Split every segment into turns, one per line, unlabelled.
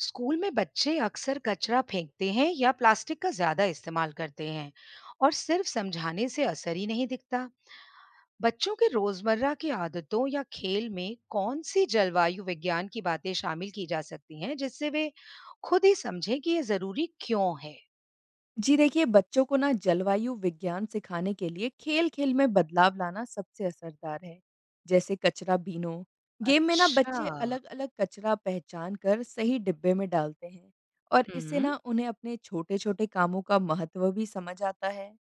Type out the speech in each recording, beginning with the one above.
School में बच्चे अक्सर कचरा फेंकते हैं या प्लास्टिक का ज्यादा इस्तेमाल करते हैं। और सिर्फ समझाने से असर ही नहीं दिखता। बच्चों के रोजमर्रा की आदतों या खेल में कौन सी जलवायु विज्ञान की बातें शामिल की जा सकती हैं जिससे वे खुद ही समझें कि ये जरूरी क्यों है।
जी देखिए, बच्चों को ना जलवायु विज्ञान सिखाने के लिए खेल-खेल में बदलाव लाना सबसे असरदार है। जैसे कचरा बीनो, गेम में ना
अच्छा।
बच्चे अलग-अलग कचरा पहचान कर सही डिब्बे में डालते हैं और इससे
हम्म।
ना उन्हें अपने छोटे-छोटे कामों का महत्व भी समझ आता है।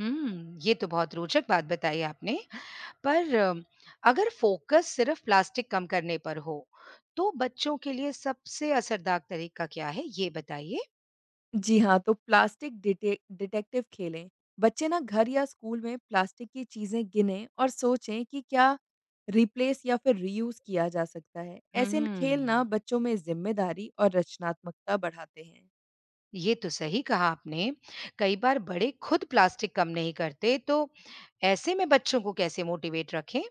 हम्म, ये तो बहुत रोचक बात बताई आपने। पर अगर फोकस सिर्फ प्लास्टिक कम करने पर हो, तो बच्चों के लिए सबसे असरदार तरीका क्या है ये बताइए?
जी हाँ, तो प्लास्टिक डिटेक्टिव खेलें। बच्चे ना घर या स्कूल में प्लास्टिक की चीज़ें गिनें और सोचें कि क्या रिप्लेस या फिर रीयूज़ किया जा सकता है। ऐसे न खेल ना
हम्म,
बच्चों में ज़िम्मेदारी और रचनात्मकता बढ़ाते हैं।
ये तो सही कहा आपने। कई बार बड़े खुद प्लास्टिक कम नहीं करते, तो ऐसे में बच्चों को कैसे मोटिवेट रखें?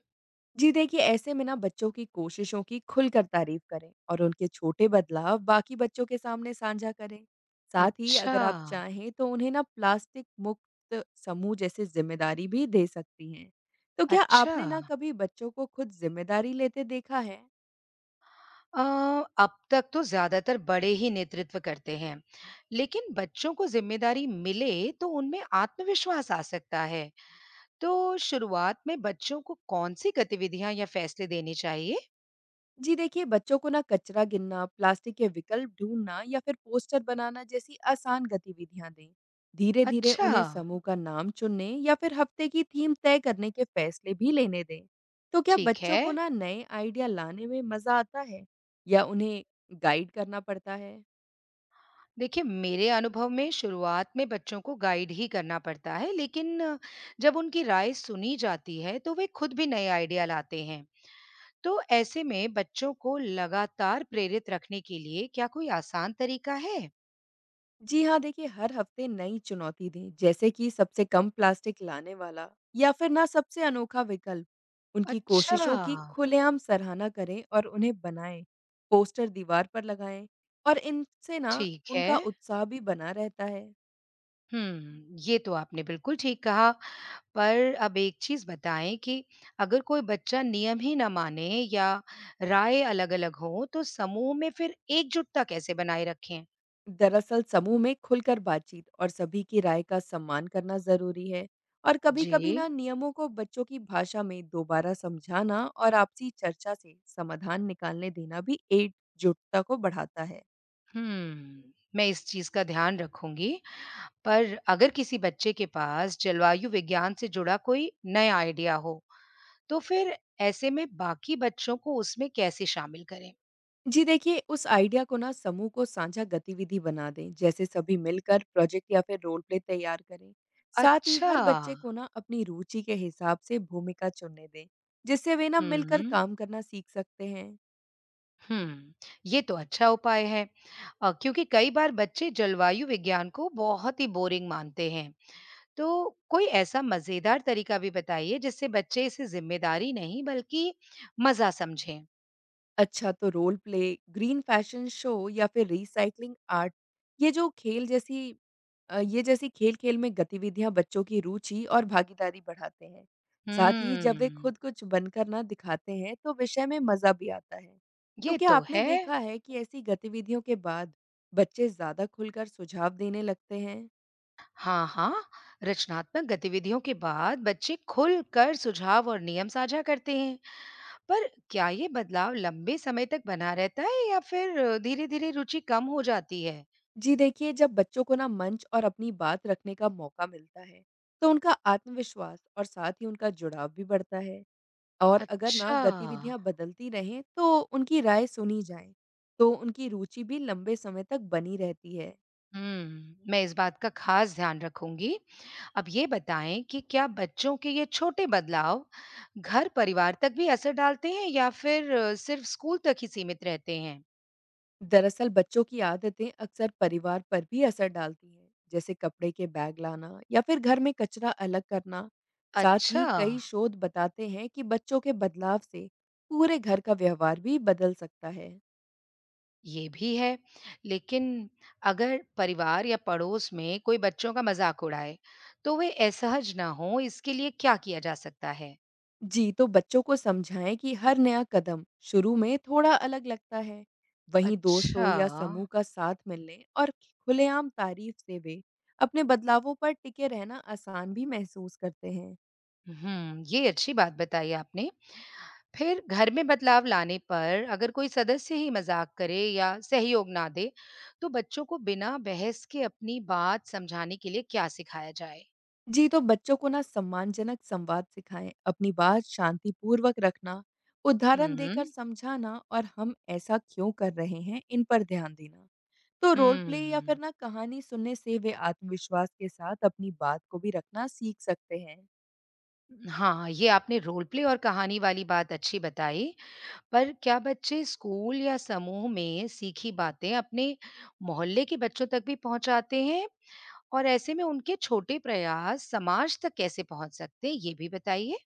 जी देखिए, ऐसे में ना बच्चों की कोशिशों की खुलकर तारीफ करें और उनके छोटे बदलाव बाकी बच्चों के सामने साझा करें। साथ ही
अच्छा।
अगर आप चाहें तो उन्हें ना प्लास्टिक मुक्त समूह जैसी जिम्मेदारी भी दे सकती हैं। तो क्या
अच्छा।
आपने ना कभी बच्चों को खुद जिम्मेदारी लेते देखा है?
अ, अब तक तो ज्यादातर बड़े ही नेतृत्व करते हैं। लेकिन बच्चों को जिम्मेदारी मिले तो उनमें आत्मविश्वास आ सकता है। तो शुरुआत में बच्चों को कौन सी गतिविधियां या फैसले देने चाहिए?
जी देखिए, बच्चों को ना कचरा गिनना, प्लास्टिक के विकल्प ढूंढना या फिर पोस्टर बनाना जैसी आसान गतिविधियां दें। धीरे-धीरे
अच्छा।
उन्हें समूह का नाम चुनने या फिर हफ्ते की थीम तय करने के फैसले भी लेने दें। तो क्या
ठीक है।
बच्चों को ना नए आइडिया लाने में मजा आता है या उन्हें गाइड करना पड़ता है?
देखिए मेरे अनुभव में शुरुआत में बच्चों को गाइड ही करना पड़ता है, लेकिन जब उनकी राय सुनी जाती है तो वे खुद भी नए आइडिया लाते हैं। तो ऐसे में बच्चों को लगातार प्रेरित रखने के लिए क्या कोई आसान तरीका है?
जी हाँ, देखिए हर हफ्ते नई चुनौती दें, जैसे कि सबसे कम प्लास्टिक लाने वाला या फिर ना सबसे अनोखा विकल्प। उनकी
अच्छा।
कोशिशों की खुलेआम सराहना करें और उन्हें बनाएं, पोस्टर दीवार पर लगाएं और इनसे ना
ठीक है।
उनका उत्साह भी बना रहता है।
ये तो आपने बिल्कुल ठीक कहा। पर अब एक चीज़ बताएँ कि अगर कोई बच्चा नियम ही ना माने या राय अलग-अलग हो, तो समूह में फिर एकजुटता कैसे बनाए रखें?
दरअसल समूह में खुलकर बातचीत और सभी की राय का सम्मान करना ज़रूरी है और कभी-कभी
जी।
ना नियमों को बच्चों की भाषा में दोबारा समझाना और आपसी चर्चा से समाधान निकालने देना भी एकजुटता को बढ़ाता है।
हम्म, मैं इस चीज़ का ध्यान रखूँगी। पर अगर किसी बच्चे के पास जलवायु विज्ञान से जुड़ा कोई नया आइडिया हो, तो फिर ऐसे में बाकी बच्चों को उसमें कैसे शामिल करें?
जी देखिए, उस आइडिया को ना समूह को साझा गतिविधि बना दें, जैसे सभी मिलकर प्रोजेक्ट या फिर रोल प्ले तैयार करें। साथ ही
अच्छा।
हर बच्चे को ना अपनी रुचि के हिसाब से भूमिका चुनने दें, जिससे वे ना मिलकर
हुँ।
काम करना सीख सकते हैं।
हुँ, ये तो अच्छा उपाय है। क्योंकि कई बार बच्चे जलवायु विज्ञान को बहुत ही बोरिंग मानते हैं। तो कोई ऐसा मज़ेदार तरीका भी बताइए जिससे बच्चे इसे ज़िम्मेदारी नहीं बल्कि मज़ा समझें।
अच्छा, तो role play, green fashion show या फिर रीसाइक्लिंग आर्ट, ये जो खेल जैसी अ, ये जैसी खेल-खेल में गतिविधियाँ बच्चों की रुचि और भागीदारी बढ़ाते हैं। साथ ही जब वे
हुँ,
खुद कुछ बनकर ना दिखाते हैं, तो विषय में मज़ा भी आता है। तो
ये
क्या
तो
आपने
है।
देखा है कि ऐसी गतिविधियों के बाद बच्चे ज़्यादा खुलकर सुझाव देने लगते हैं?
हाँ, हाँ, रचनात्मक गतिविधियों के बाद बच्चे खुलकर सुझाव और नियम साझा करते हैं। पर क्या ये बदलाव लंबे समय तक बना रहता है या फिर धीरे-धीरे रुचि कम हो जाती है?
जी देखिए, जब बच्चों को ना मंच और अपनी बात रखने का मौका मिलता है, तो उनका आत्मविश्वास और साथ ही उनका जुड़ाव भी बढ़ता है। और अगर ना
अच्छा।
गतिविधियां बदलती रहें तो उनकी राय सुनी जाए, तो उनकी रुचि भी लंबे समय तक बनी रहती है।
हुँ, मैं इस बात का ख़ास ध्यान रखूँगी। अब ये बताएँ कि क्या बच्चों के ये छोटे बदलाव घर-परिवार तक भी असर डालते हैं या फिर सिर्फ़ स्कूल तक ही सीमित रहते हैं?
दरअसल बच्चों की आदतें अक्सर परिवार पर भी असर डालती हैं, जैसे कपड़े के बैग लाना या फिर घर में कचरा अलग करना। साथ
अच्छा,
ही कई शोध बताते हैं कि बच्चों के बदलाव से पूरे घर का व्यवहार भी बदल सकता है।
ये भी है। लेकिन अगर परिवार या पड़ोस में कोई बच्चों का मज़ाक उड़ाए, तो वे असहज ना हों इसके लिए क्या किया जा सकता है?
जी, तो बच्चों को समझाएं कि हर नया कदम शुरू में थोड़ा अलग लगता है। वहीं दोस्तों
अच्छा।
या समूह का साथ मिलने और खुलेआम तारीफ से वे अपने बदलावों पर टिके रहना आसान भी महसूस करते हैं।
हुँ, ये अच्छी बात बताई आपने। फिर घर में बदलाव लाने पर अगर कोई सदस्य ही मजाक करे या सहयोग ना दे, तो बच्चों को बिना बहस के अपनी बात समझाने के लिए क्या सिखाया जाए?
जी, तो बच्चों को ना सम्मानजनक संवाद सिखाएं, अपनी बात शांतिपूर्वक रखना, उदाहरण देकर
हुँ।
समझाना और हम ऐसा क्यों कर रहे हैं, इन पर ध्यान देना। तो रोल प्ले या फिर
हुँ।
ना कहानी सुनने से वे आत्मविश्वास के साथ अपनी बात को भी रखना सीख सकते हैं।
हाँ, ये आपने रोल प्ले और कहानी वाली बात अच्छी बताई, पर क्या बच्चे स्कूल या समूह में सीखी बातें अपने मोहल्ले के बच्चों तक भी पहुँचाते हैं? और ऐसे में उनके छोटे प्रयास समाज तक कैसे पहुँच सकते हैं, ये भी बताइए?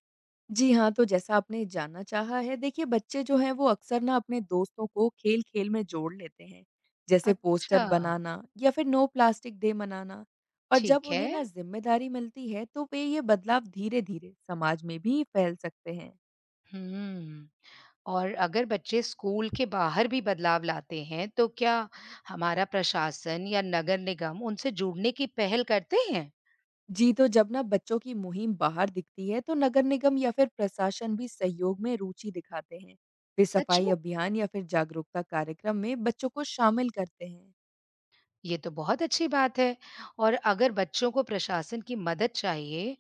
जी हाँ, तो जैसा आपने जानना चाहा है, देखिए बच्चे जो हैं वो अक्सर ना अपने दोस्तों को खेल-खेल में जोड़ लेते हैं, जैसे
अच्छा।
पोस्टर बनाना या फिर नो प्लास्टिक डे मनाना। और जब
ठीक
उन्हें
है।
ना जिम्मेदारी मिलती है, तो वे ये बदलाव धीरे-धीरे समाज में भी फैल सकते हैं।
हुँ। और अगर बच्चे स्कूल के बाहर भी बदलाव लाते हैं, तो क्या हमारा प्रशासन या नगर निगम उनसे जुड़ने की पहल करते हैं?
जी, तो जब ना बच्चों की मुहिम बाहर दिखती है, तो नगर निगम या फिर प्रशासन भी सहयोग में रुचि दिखाते हैं। वे
सच
सफाई
में?
अभियान या फिर जागरूकता कार्यक्रम में बच्चों को शामिल करते हैं।
ये तो बहुत अच्छी बात है। और अगर बच्चों को प्रशासन की मदद चाहिए,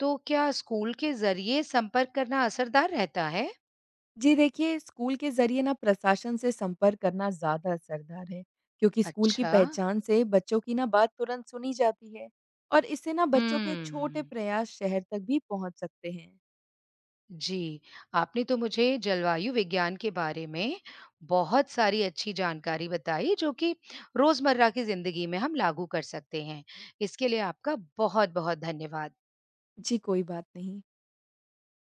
तो क्या स्कूल के ज़रिए संपर्क करना असरदार रहता है?
जी देखिए, स्कूल के ज़रिए ना प्रशासन से संपर्क करना ज़्यादा असरदार है, क्योंकि स्कूल की
अच्छा।
पहचान से बच्चों की ना बात तुरंत सुनी जाती है और इससे ना
हुँ।
बच्चों के छोटे प्रयास शहर तक भी पहुंच सकते हैं।
जी, आपने तो मुझे जलवायु विज्ञान के बारे में बहुत सारी अच्छी जानकारी बताई जो कि रोज़मर्रा की ज़िंदगी में हम लागू कर सकते हैं। इसके लिए आपका बहुत-बहुत धन्यवाद।
जी, कोई बात नहीं।